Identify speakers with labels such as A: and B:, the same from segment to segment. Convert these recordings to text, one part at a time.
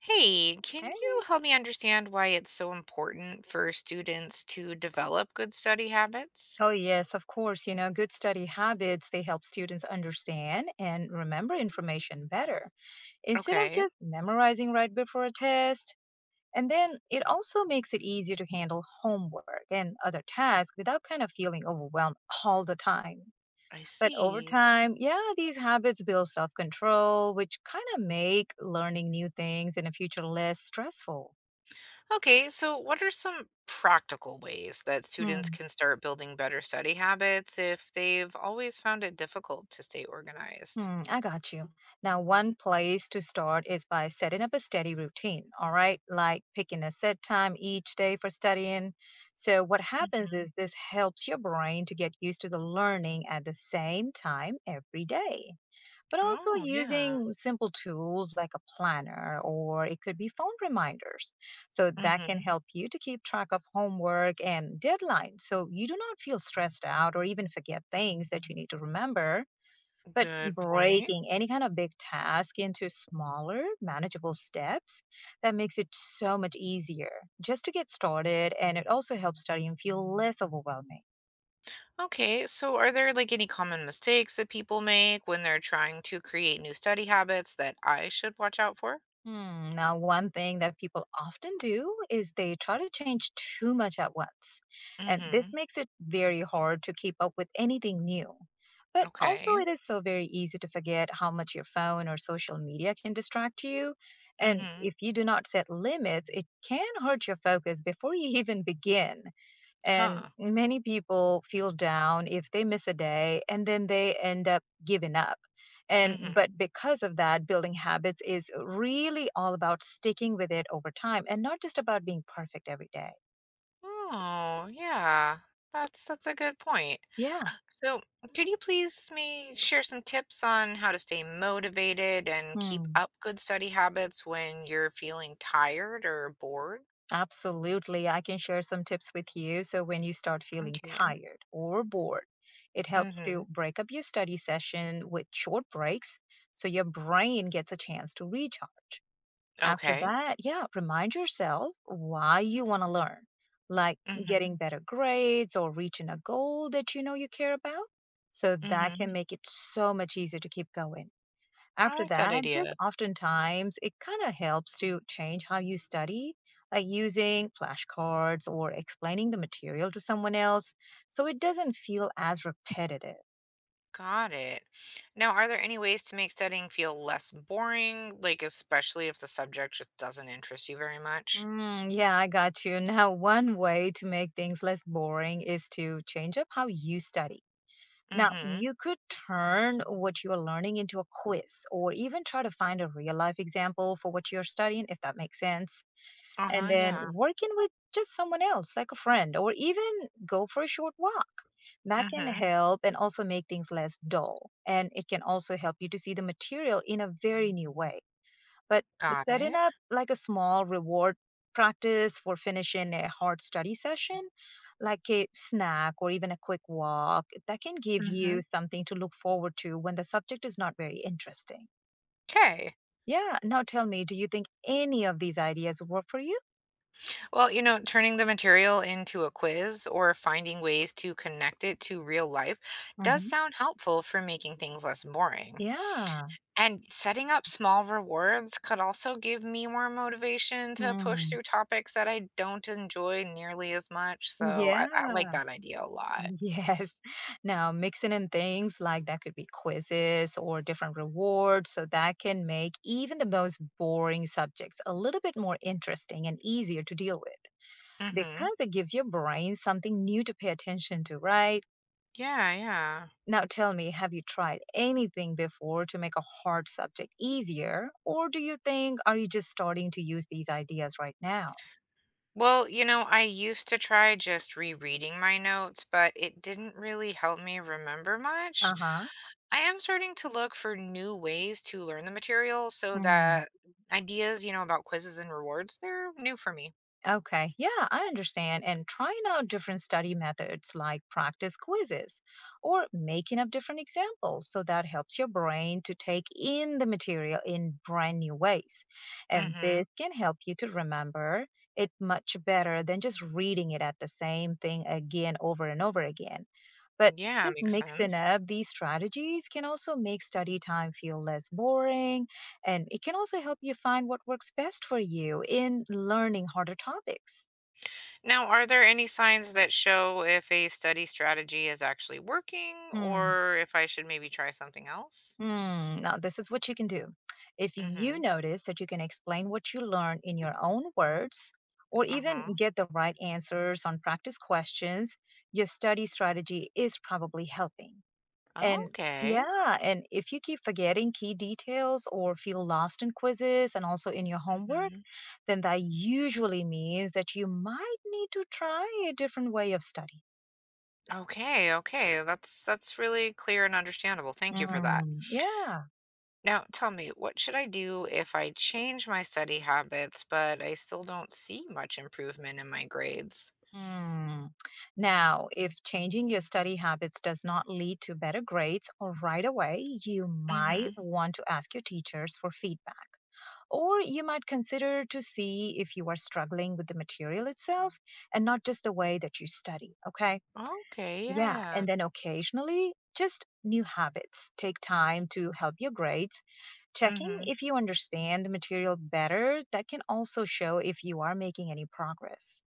A: Hey, can you
B: Hey.
A: help me understand why it's so important for students to develop good study habits?
B: Oh, yes, of course. You know, good study habits, they help students understand and remember information better instead of
A: Okay,
B: just memorizing right before a test. And then it also makes it easier to handle homework and other tasks without kind of feeling overwhelmed all the time.
A: I
B: But over
A: see.
B: time, yeah, these habits build self control, which kind of make learning new things in the future less stressful.
A: Okay, so what are some practical ways that students can start building better study habits if they've always found it difficult to stay organized?
B: I got you. Now, one place to start is by setting up a steady routine, all right? Like picking a set time each day for studying. So what happens
A: Hmm.
B: is this helps your brain to get used to the learning at the same time every day. But also
A: Oh, yeah.
B: using simple tools like a planner, or it could be phone reminders. So that can
A: Hmm.
B: help you to keep track of homework and deadlines. So you do not feel stressed out or even forget things that you need to remember. But
A: Good point.
B: breaking any kind of big task into smaller, manageable steps, that makes it so much easier just to get started. And it also helps studying feel less overwhelming.
A: Okay, so are there like any common mistakes that people make when they're trying to create new study habits that I should watch out for?
B: Hmm. Now, one thing that people often do is they try to change too much at once. And this
A: Hmm.
B: makes it very hard to keep up with anything new. But also,
A: Okay.
B: it is so very easy to forget how much your phone or social media can distract you. And
A: Mhm.
B: if you do not set limits, it can hurt your focus before you even begin. And
A: Huh.
B: many people feel down if they miss a day and then they end up giving up. And
A: Mhm.
B: but because of that, building habits is really all about sticking with it over time and not just about being perfect every day.
A: Oh, yeah. That's a good point.
B: Yeah.
A: So, could you please me share some tips on how to stay motivated and keep
B: Hmm.
A: up good study habits when you're feeling tired or bored?
B: Absolutely. I can share some tips with you. So when you start feeling
A: Okay.
B: tired or bored, it helps to
A: Mhm.
B: break up your study session with short breaks so your brain gets a chance to recharge. After
A: Okay.
B: that, yeah, remind yourself why you want to learn, like
A: Mhm.
B: getting better grades or reaching a goal that you know you care about. So that
A: Mhm.
B: can make it so much easier to keep going.
A: I
B: After
A: like that
B: that, just
A: idea.
B: oftentimes it kind of helps to change how you study, like using flashcards or explaining the material to someone else so it doesn't feel as repetitive.
A: Got it. Now, are there any ways to make studying feel less boring, like especially if the subject just doesn't interest you very much?
B: Yeah, I got you. Now, one way to make things less boring is to change up how you study. Now,
A: Mhm.
B: you could turn what you are learning into a quiz or even try to find a real life example for what you're studying, if that makes sense. And
A: Uh-huh,
B: then
A: yeah.
B: working with just someone else, like a friend, or even go for a short walk. That can
A: Mm-hmm.
B: help and also make things less dull. And it can also help you to see the material in a very new way. But
A: Got
B: setting
A: it.
B: up like a small reward practice for finishing a hard study session, like a snack or even a quick walk, that can give
A: Mm-hmm.
B: you something to look forward to when the subject is not very interesting.
A: Okay.
B: Yeah. Now tell me, do you think any of these ideas would work for you?
A: Well, you know, turning the material into a quiz or finding ways to connect it to real life does
B: Hmm.
A: sound helpful for making things less boring.
B: Yeah.
A: And setting up small rewards could also give me more motivation to push
B: Mm.
A: through topics that I don't enjoy nearly as much. So I,
B: Yeah.
A: I like that idea a lot.
B: Yes. Now, mixing in things like that could be quizzes or different rewards, so that can make even the most boring subjects a little bit more interesting and easier to deal with
A: Mm-hmm.
B: because it gives your brain something new to pay attention to, right?
A: Yeah, yeah.
B: Now, tell me, have you tried anything before to make a hard subject easier? Or do you think, are you just starting to use these ideas right now?
A: Well, you know, I used to try just rereading my notes, but it didn't really help me remember much.
B: Uh
A: I am starting to look for new ways to learn the material so
B: huh.
A: that ideas, you know, about quizzes and rewards, they're new for me.
B: Okay, yeah, I understand. And trying out different study methods like practice quizzes or making up different examples. So that helps your brain to take in the material in brand new ways. And
A: Mm-hmm.
B: this can help you to remember it much better than just reading it at the same thing again over and over again. But
A: Yeah,
B: just
A: makes
B: mixing
A: sense.
B: up these strategies can also make study time feel less boring, and it can also help you find what works best for you in learning harder topics.
A: Now, are there any signs that show if a study strategy is actually working
B: Hmm.
A: or if I should maybe try something else?
B: Hmm. Now, this is what you can do. If
A: Mm-hmm.
B: you notice that you can explain what you learn in your own words, or even
A: Uh-huh.
B: get the right answers on practice questions, your study strategy is probably helping. And
A: Okay.
B: yeah, and if you keep forgetting key details or feel lost in quizzes and also in your homework, then that usually means that you might need to try a different way of study.
A: Okay, okay. That's really clear and understandable. Thank you for that.
B: Yeah.
A: Now, tell me, what should I do if I change my study habits, but I still don't see much improvement in my grades?
B: Mm. Now, if changing your study habits does not lead to better grades or right away, you might
A: Mm-hmm.
B: want to ask your teachers for feedback. Or you might consider to see if you are struggling with the material itself and not just the way that you study. Okay.
A: Okay,
B: Yeah.
A: yeah.
B: And then occasionally, just new habits take time to help your grades. Checking
A: Mm-hmm.
B: if you understand the material better, that can also show if you are making any progress.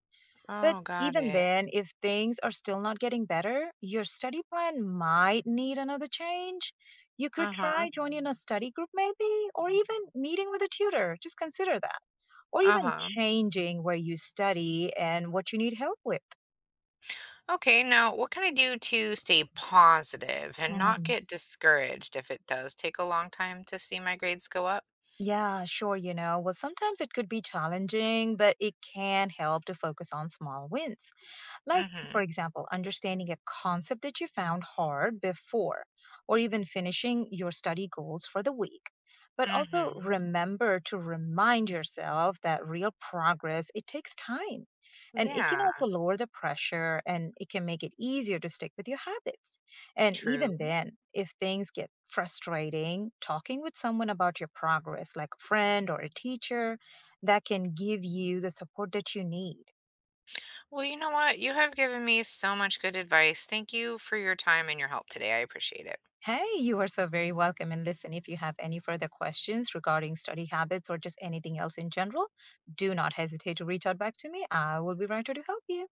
B: But
A: Oh, got
B: even
A: it.
B: then, if things are still not getting better, your study plan might need another change. You could
A: Uh-huh.
B: try joining a study group, maybe, or even meeting with a tutor. Just consider that. Or even
A: Uh-huh.
B: changing where you study and what you need help with.
A: Okay, now what can I do to stay positive and not
B: Mm,
A: get discouraged if it does take a long time to see my grades go up?
B: Yeah, sure, you know. Well, sometimes it could be challenging, but it can help to focus on small wins. Like, for
A: Mm-hmm.
B: example, understanding a concept that you found hard before, or even finishing your study goals for the week. But also
A: Mm-hmm.
B: remember to remind yourself that real progress, it takes time. And it can
A: Yeah,
B: also lower the pressure and it can make it easier to stick with your habits. And
A: true.
B: even then, if things get frustrating, talking with someone about your progress, like a friend or a teacher, that can give you the support that you need.
A: Well, you know what? You have given me so much good advice. Thank you for your time and your help today. I appreciate it.
B: Hey, you are so very welcome. And listen, if you have any further questions regarding study habits or just anything else in general, do not hesitate to reach out back to me. I will be right here to help you.